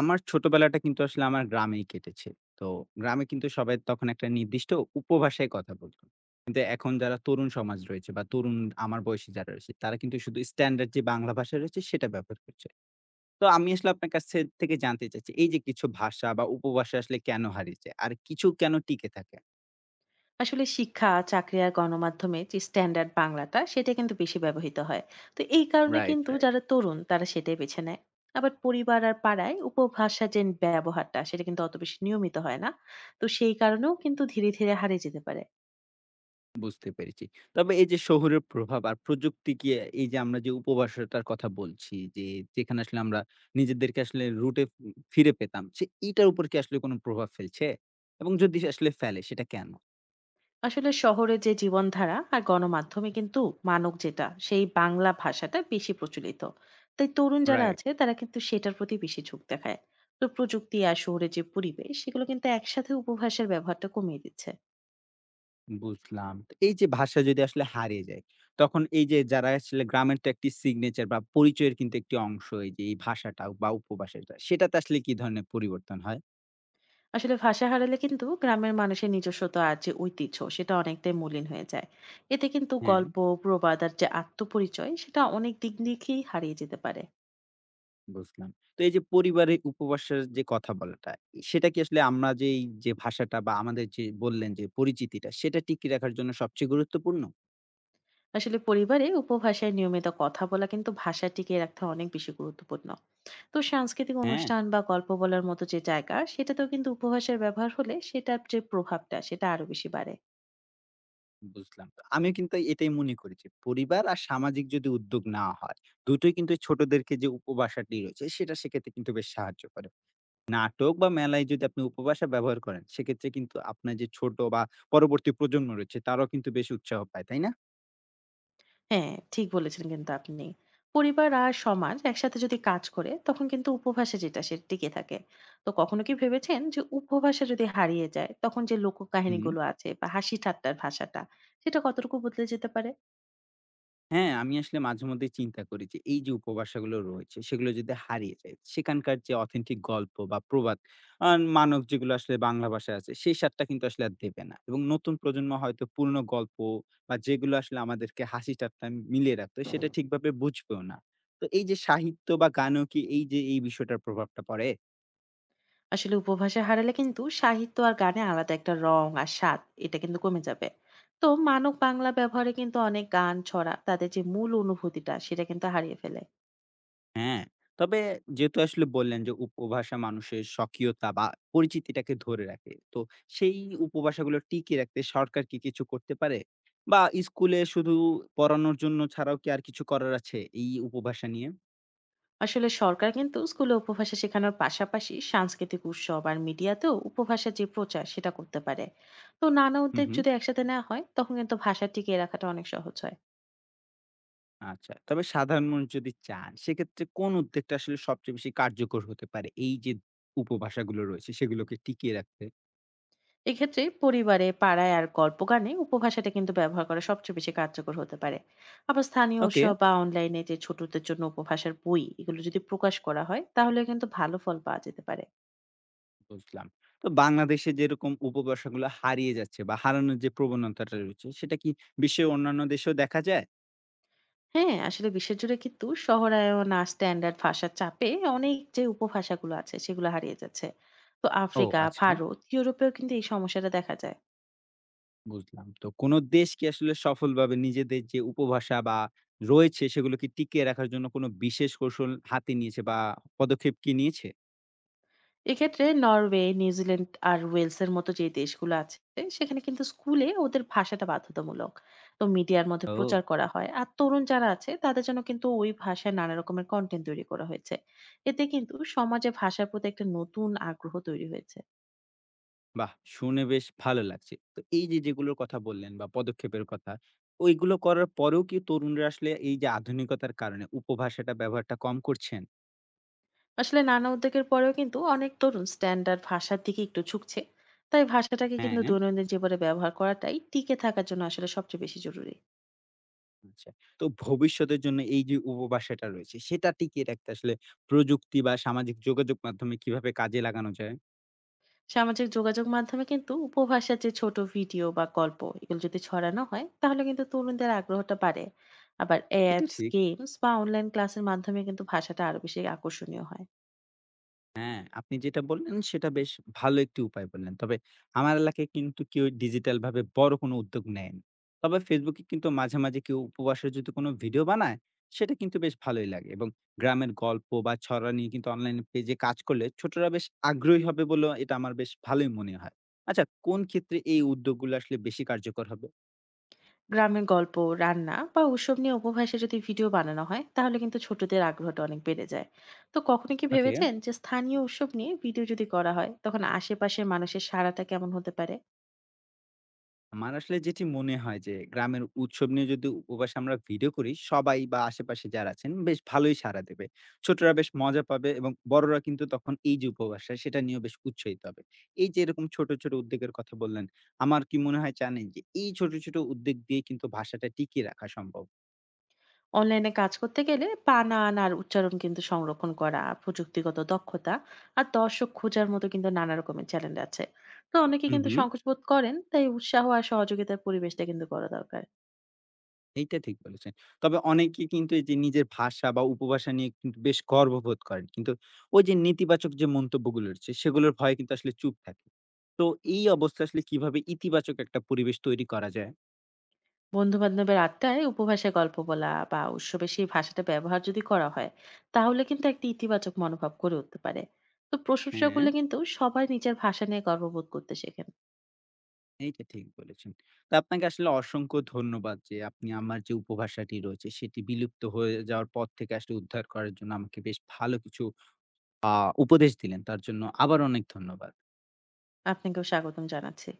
আমার ছোটবেলাটা কিন্তু আসলে আমার গ্রামেই কেটেছে। তো গ্রামে কিন্তু সবাই তখন একটা নির্দিষ্ট উপভাষায় কথা বলত। কিন্তু এখন যারা তরুণ সমাজ রয়েছে বা তরুণ আমার বয়সী যারা রয়েছে, তারা কিন্তু শুধু স্ট্যান্ডার্ড যে বাংলা ভাষা রয়েছে সেটা ব্যবহার করছে। তো আমি আসলে আপনার কাছ থেকে জানতে চাচ্ছি এই যে কিছু ভাষা বা উপভাষা আসলে কেন হারিয়ে যায়? আর কিছু কেন টিকে থাকে? আসলে শিক্ষা, চাকরি আর গণমাধ্যমে যে স্ট্যান্ডার্ড বাংলাটা সেটা কিন্তু বেশি ব্যবহৃত হয়। তো এই কারণে রাইট, কিন্তু রাইট। যারা তরুণ তারা সেটাই বেছে নেয়। আবার পরিবার আর পাড়ায় উপভাষা যে ব্যবহারটা সেটা কিন্তু অত বেশি নিয়মিত হয় না। তো সেই কারণেও কিন্তু ধীরে হারিয়ে যেতে পারে। বুঝতে পেরেছি। তবে এই যে শহুরে প্রভাব আর প্রযুক্তি কি এই যে আমরা যে উপবাসটার কথা বলছি যে, যেখানে আসলে আমরা নিজেদেরকে আসলে রুটে ফিরে পেতাম, সে এটার উপর কি আসলে কোনো প্রভাব ফেলছে? এবং যদি আসলে ফেলে সেটা কেন? আসলে শহরে যে জীবনধারা আর গণমাধ্যমে কিন্তু মানক যেটা সেই বাংলা ভাষাটা বেশি প্রচলিত। তাই তরুণ যারা রাইট, আছে তারা কিন্তু সেটার প্রতি বেশি ঝোঁক দেখায়। তো প্রযুক্তি আর শহরের যে পরিবেশ সেগুলো কিন্তু একসাথে উপভাষার ব্যবহারটা কমিয়ে দিচ্ছে। বুঝলাম। তো এই যে ভাষা যদি আসলে হারিয়ে যায়, তখন এই যে যারা আসলে গ্রামের তো একটি সিগনেচার বা পরিচয়ের কিন্তু একটি অংশ এই যে এই ভাষাটা বা উপভাষাটা, সেটাতে আসলে কি ধরনের পরিবর্তন হয়? আসলে ভাষা হারালে কিন্তু গ্রামের মানুষের নিজস্বতা আর যে ঐতিহ্য সেটা অনেকটাই মলিন হয়ে যায়। এতে কিন্তু হ্যাঁ। গল্প, প্রবাদ আর যে আত্মপরিচয় সেটা অনেক দিকেই হারিয়ে যেতে পারে। বুঝলাম। তো এই যে পরিবারে উপবাসের যে কথা বলাটা, সেটা কি আসলে আমরা যেই যে ভাষাটা বা আমাদের যে বললেন যে পরিচিতিটা, সেটা টিকিয়ে রাখার জন্য সবচেয়ে গুরুত্বপূর্ণ? আসলে পরিবারে উপভাষায় নিয়মিত কথা বলা কিন্তু ভাষা টিকিয়ে রাখতে অনেক বেশি গুরুত্বপূর্ণ। তো সাংস্কৃতিক হ্যাঁ, অনুষ্ঠান বা গল্প বলার মতো যে জায়গা সেটাতেও কিন্তু উপভাষার ব্যবহার হলে সেটার যে প্রভাবটা সেটা আরো বেশি বাড়ে। বুঝলাম। তো আমিও কিন্তু এটাই মনে করি যে পরিবার আর সামাজিক যদি উদ্যোগ নেওয়া হয়, দুটোই কিন্তু এই ছোটদেরকে যে উপভাষাটি রয়েছে, সেটা শেখাতে কিন্তু বেশ সাহায্য করে। নাটক বা মেলায় যদি আপনি উপভাষা ব্যবহার করেন, সেক্ষেত্রে কিন্তু আপনার যে ছোট বা পরবর্তী প্রজন্ম রয়েছে, তারাও কিন্তু বেশ উৎসাহ পায়, তাই না? হ্যাঁ, ঠিক বলেছেন কিন্তু আপনি। পরিবার আর সমাজ একসাথে যদি কাজ করে তখন কিন্তু উপভাষা যেটা সেটা টিকে থাকে। তো কখনো কি ভেবেছেন যে উপভাষা যদি হারিয়ে যায় তখন যে হুম। লোককাহিনীগুলো আছে বা হাসি ঠাট্টার ভাষাটা সেটা কতটুকু বদলে যেতে পারে? হ্যাঁ, আমি আসলে মাঝেমধ্যে চিন্তা করি যে এই যে উপভাষাগুলো রয়েছে সেগুলো যদি হারিয়ে যায়, সেখানকার যে অথেন্টিক গল্প বা প্রবাদ আ মানক যেগুলো আসলে বাংলা ভাষায় আছে সেই স্বাদটা কিন্তু আসলে আর দেবে না। এবং নতুন প্রজন্ম হয়তো পুরনো গল্প বা যেগুলো আসলে আমাদেরকে হাসি ঠাট্টা মিলিয়ে রাখতো সেটা ঠিকভাবে বুঝবেও না। তো এই যে সাহিত্য বা গানেও কি এই যে এই বিষয়টার প্রভাবটা পড়ে? আসলে উপভাষা হারালে কিন্তু সাহিত্য আর গানে আলাদা একটা রং আর স্বাদ এটা কিন্তু কমে যাবে। তো মানক বাংলা ব্যবহারে কিন্তু অনেক গান, ছড়া তাদের যে মূল অনুভূতিটা সেটা কিন্তু হারিয়ে ফেলে। হ্যাঁ, তবে যেহেতু আসলে বললেন যে উপভাষা মানুষের স্বকীয়তা বা পরিচিতিটাকে ধরে রাখে। তো সেই উপভাষাগুলো টিকিয়ে রাখতে সরকার কি কিছু করতে পারে? বা স্কুলে শুধু পড়ানোর জন্য ছাড়াও কি আর কিছু করার আছে এই উপভাষা নিয়ে? আসলে সরকার কিন্তু স্কুলে উপভাষা শেখানোর পাশাপাশি সাংস্কৃতিক উৎসব আর মিডিয়াতেও উপভাষার যে প্রচার সেটা করতে পারে। তো নানা হুম, উদ্যোগ হুম। যদি একসাথে নেওয়া হয় তখন কিন্তু ভাষা টিকিয়ে রাখাটা অনেক সহজ হয়। আচ্ছা। তবে সাধারণ মানুষ যদি চান সেক্ষেত্রে কোন উদ্যোগটা আসলে সবচেয়ে বেশি কার্যকর হতে পারে? এই যে উপভাষাগুলো রয়েছে সেগুলোকে টিকিয়ে রাখতে? এক্ষেত্রে পরিবারে, পাড়ায় আর গল্প গানে উপভাষাটা কিন্তু ব্যবহার করা সবচেয়ে বেশি কার্যকর হতে পারে। আবার স্থানীয় ওকে। উৎসব বা অনলাইনে যে ছোটদের জন্য উপভাষার বই এগুলো যদি প্রকাশ করা হয় তাহলে কিন্তু ভালো ফল পাওয়া যেতে পারে। বুঝলাম। তো বাংলাদেশে যেরকম উপভাষাগুলো হারিয়ে যাচ্ছে বা হারানোর যে প্রবণতাটা রয়েছে, সেটা কি বিশ্বের অন্যান্য দেশেও দেখা যায়? হ্যাঁ, আসলে বিশ্বজুড়ে কিন্তু শহরায়ন আর স্ট্যান্ডার্ড ভাষার চাপে অনেক যে উপভাষাগুলো আছে সেগুলো হারিয়ে যাচ্ছে। তো ও আফ্রিকা, আচ্ছা। ভারত, ইউরোপেও কিন্তু এই সমস্যাটা দেখা যায়। বুঝলাম। তো কোন দেশ কি আসলে সফলভাবে নিজেদের যে উপভাষা বা রয়েছে, সেগুলোকে টিকিয়ে রাখার জন্য কোন বিশেষ কৌশল হাতে নিয়েছে বা পদক্ষেপ কি নিয়েছে? এক্ষেত্রে নরওয়ে, নিউজিল্যান্ড আর ওয়েলস এর মতো যে দেশগুলো আছে সেখানে কিন্তু স্কুলে ওদের ভাষাটা বাধ্যতামূলক। তো মিডিয়ার মধ্যে প্রচার ও। করা হয়। আর তরুণ যারা আছে তাদের জন্য কিন্তু ওই ভাষায় নানা রকমের কনটেন্ট তৈরি করা হয়েছে। এতে কিন্তু সমাজে ভাষার প্রতি একটা নতুন আগ্রহ তৈরি হয়েছে। বাহ! শুনে বেশ ভালো লাগছে। তো এই যে যেগুলোর কথা বললেন বা পদক্ষেপের কথা, ওইগুলো করার পরেও কি তরুণরা আসলে এই যে আধুনিকতার কারণে উপভাষাটা ব্যবহারটা কম করছেন? আসলে নানা উদ্যোগের পরেও কিন্তু অনেক তরুণ স্ট্যান্ডার্ড ভাষার দিকে একটু ঝুঁকছে। তাই ভাষাটাকে কিন্তু হ্যাঁ। দৈনন্দিন জীবনে ব্যবহার করাটাই টিকে থাকার জন্য আসলে সবচেয়ে বেশি জরুরি। আচ্ছা। তো ভবিষ্যতের জন্য এই যে উপভাষাটা রয়েছে সেটা টিকিয়ে রাখতে আসলে প্রযুক্তি বা সামাজিক যোগাযোগ মাধ্যমে কিভাবে কাজে লাগানো যায়? সামাজিক যোগাযোগ মাধ্যমে কিন্তু উপভাষার যে ছোট ভিডিও বা গল্প এগুলো যদি ছড়ানো হয় তাহলে কিন্তু তরুণদের আগ্রহটা বাড়ে। আবার এটা অ্যাপস, ঠিক। গেমস বা অনলাইন ক্লাসের মাধ্যমে কিন্তু ভাষাটা আরো বেশি আকর্ষণীয় হয়। হ্যাঁ, আপনি যেটা বললেন সেটা বেশ ভালো একটি উপায় বললেন। তবে আমার এলাকায় কিন্তু কেউ ডিজিটাল ভাবে বড় কোনো উদ্যোগ নেয়নি। তবে Facebook এ কিন্তু মাঝে, মাঝে কেউ উপবাসের যদি কোনো ভিডিও বানায় সেটা কিন্তু বেশ ভালোই লাগে এবং গ্রামের গল্প বা ছড়া নিয়ে কিন্তু অনলাইন পেজে কাজ করলে ছোটরা বেশ আগ্রহী হবে বলেও এটা আমার বেশ ভালোই মনে হয়। আচ্ছা কোন ক্ষেত্রে এই উদ্যোগগুলো আসলে বেশি কার্যকর হবে? গ্রামের গল্প, রান্না বা উৎসব নিয়ে উপভাষায় যদি ভিডিও বানানো হয় তাহলে কিন্তু ছোটদের আগ্রহটা অনেক বেড়ে যায়। তো কখনো কি ওকে। ভেবেছেন যে স্থানীয় উৎসব নিয়ে ভিডিও যদি করা হয় তখন আশেপাশের মানুষের সাড়াটা কেমন হতে পারে? আমার আসলে যেটি মনে হয় যে গ্রামের উৎসব নিয়ে যদি উপবাসে আমরা ভিডিও করি সবাই বা আশেপাশে যারা আছেন বেশ ভালোই সাড়া দেবে। ছোটরা বেশ মজা পাবে এবং বড়রা কিন্তু তখন এই যে উপবাসটা সেটা নিয়েও বেশ উৎসাহিত হবে। এই যে এরকম ছোট, ছোট উদ্যোগের কথা বললেন, আমার কি মনে হয় জানেন যে এই ছোট, ছোট উদ্যোগ দিয়ে কিন্তু ভাষাটা টিকিয়ে রাখা সম্ভব। অনলাইনে কাজ করতে গেলে বানান আর উচ্চারণ কিন্তু সংরক্ষণ করা, প্রযুক্তিগত দক্ষতা আর দর্শক খোঁজার মতো কিন্তু নানা রকমের চ্যালেঞ্জ আছে। তো অনেকে হুম, কিন্তু হুম। সংকোচ বোধ করেন, তাই উৎসাহ আর সহযোগিতার পরিবেশটা কিন্তু করা দরকার। এইটা ঠিক বলেছেন। তবে অনেকে কিন্তু এই যে নিজের ভাষা বা উপভাষা নিয়ে কিন্তু বেশ গর্ববোধ করেন। কিন্তু ওই যে নেতিবাচক যে মন্তব্যগুলো রয়েছে সেগুলোর ভয়ে কিন্তু আসলে চুপ থাকে। তো এই অবস্থা আসলে কিভাবে ইতিবাচক একটা পরিবেশ তৈরি করা যায়? বন্ধু-বান্ধবের আড্ডায় উপভাষায় গল্প বলা বা উৎসবে সেই ভাষাটা ব্যবহার যদি করা হয় তাহলে কিন্তু একটা ইতিবাচক মনোভাব গড়ে উঠতে পারে। তো প্রশংসা হ্যাঁ, করলে কিন্তু সবাই নিজের ভাষা নিয়ে গর্ববোধ করতে শেখেন। এইটা ঠিক বলেছেন। তো আপনাকে আসলে অসংখ্য ধন্যবাদ যে আপনি আমার যে উপভাষাটি রয়েছে সেটি বিলুপ্ত হয়ে যাওয়ার পর থেকে আসলে উদ্ধার করার জন্য আমাকে বেশ ভালো কিছু আ উপদেশ দিলেন। তার জন্য আবার অনেক ধন্যবাদ। আপনাকেও স্বাগতম জানাচ্ছি।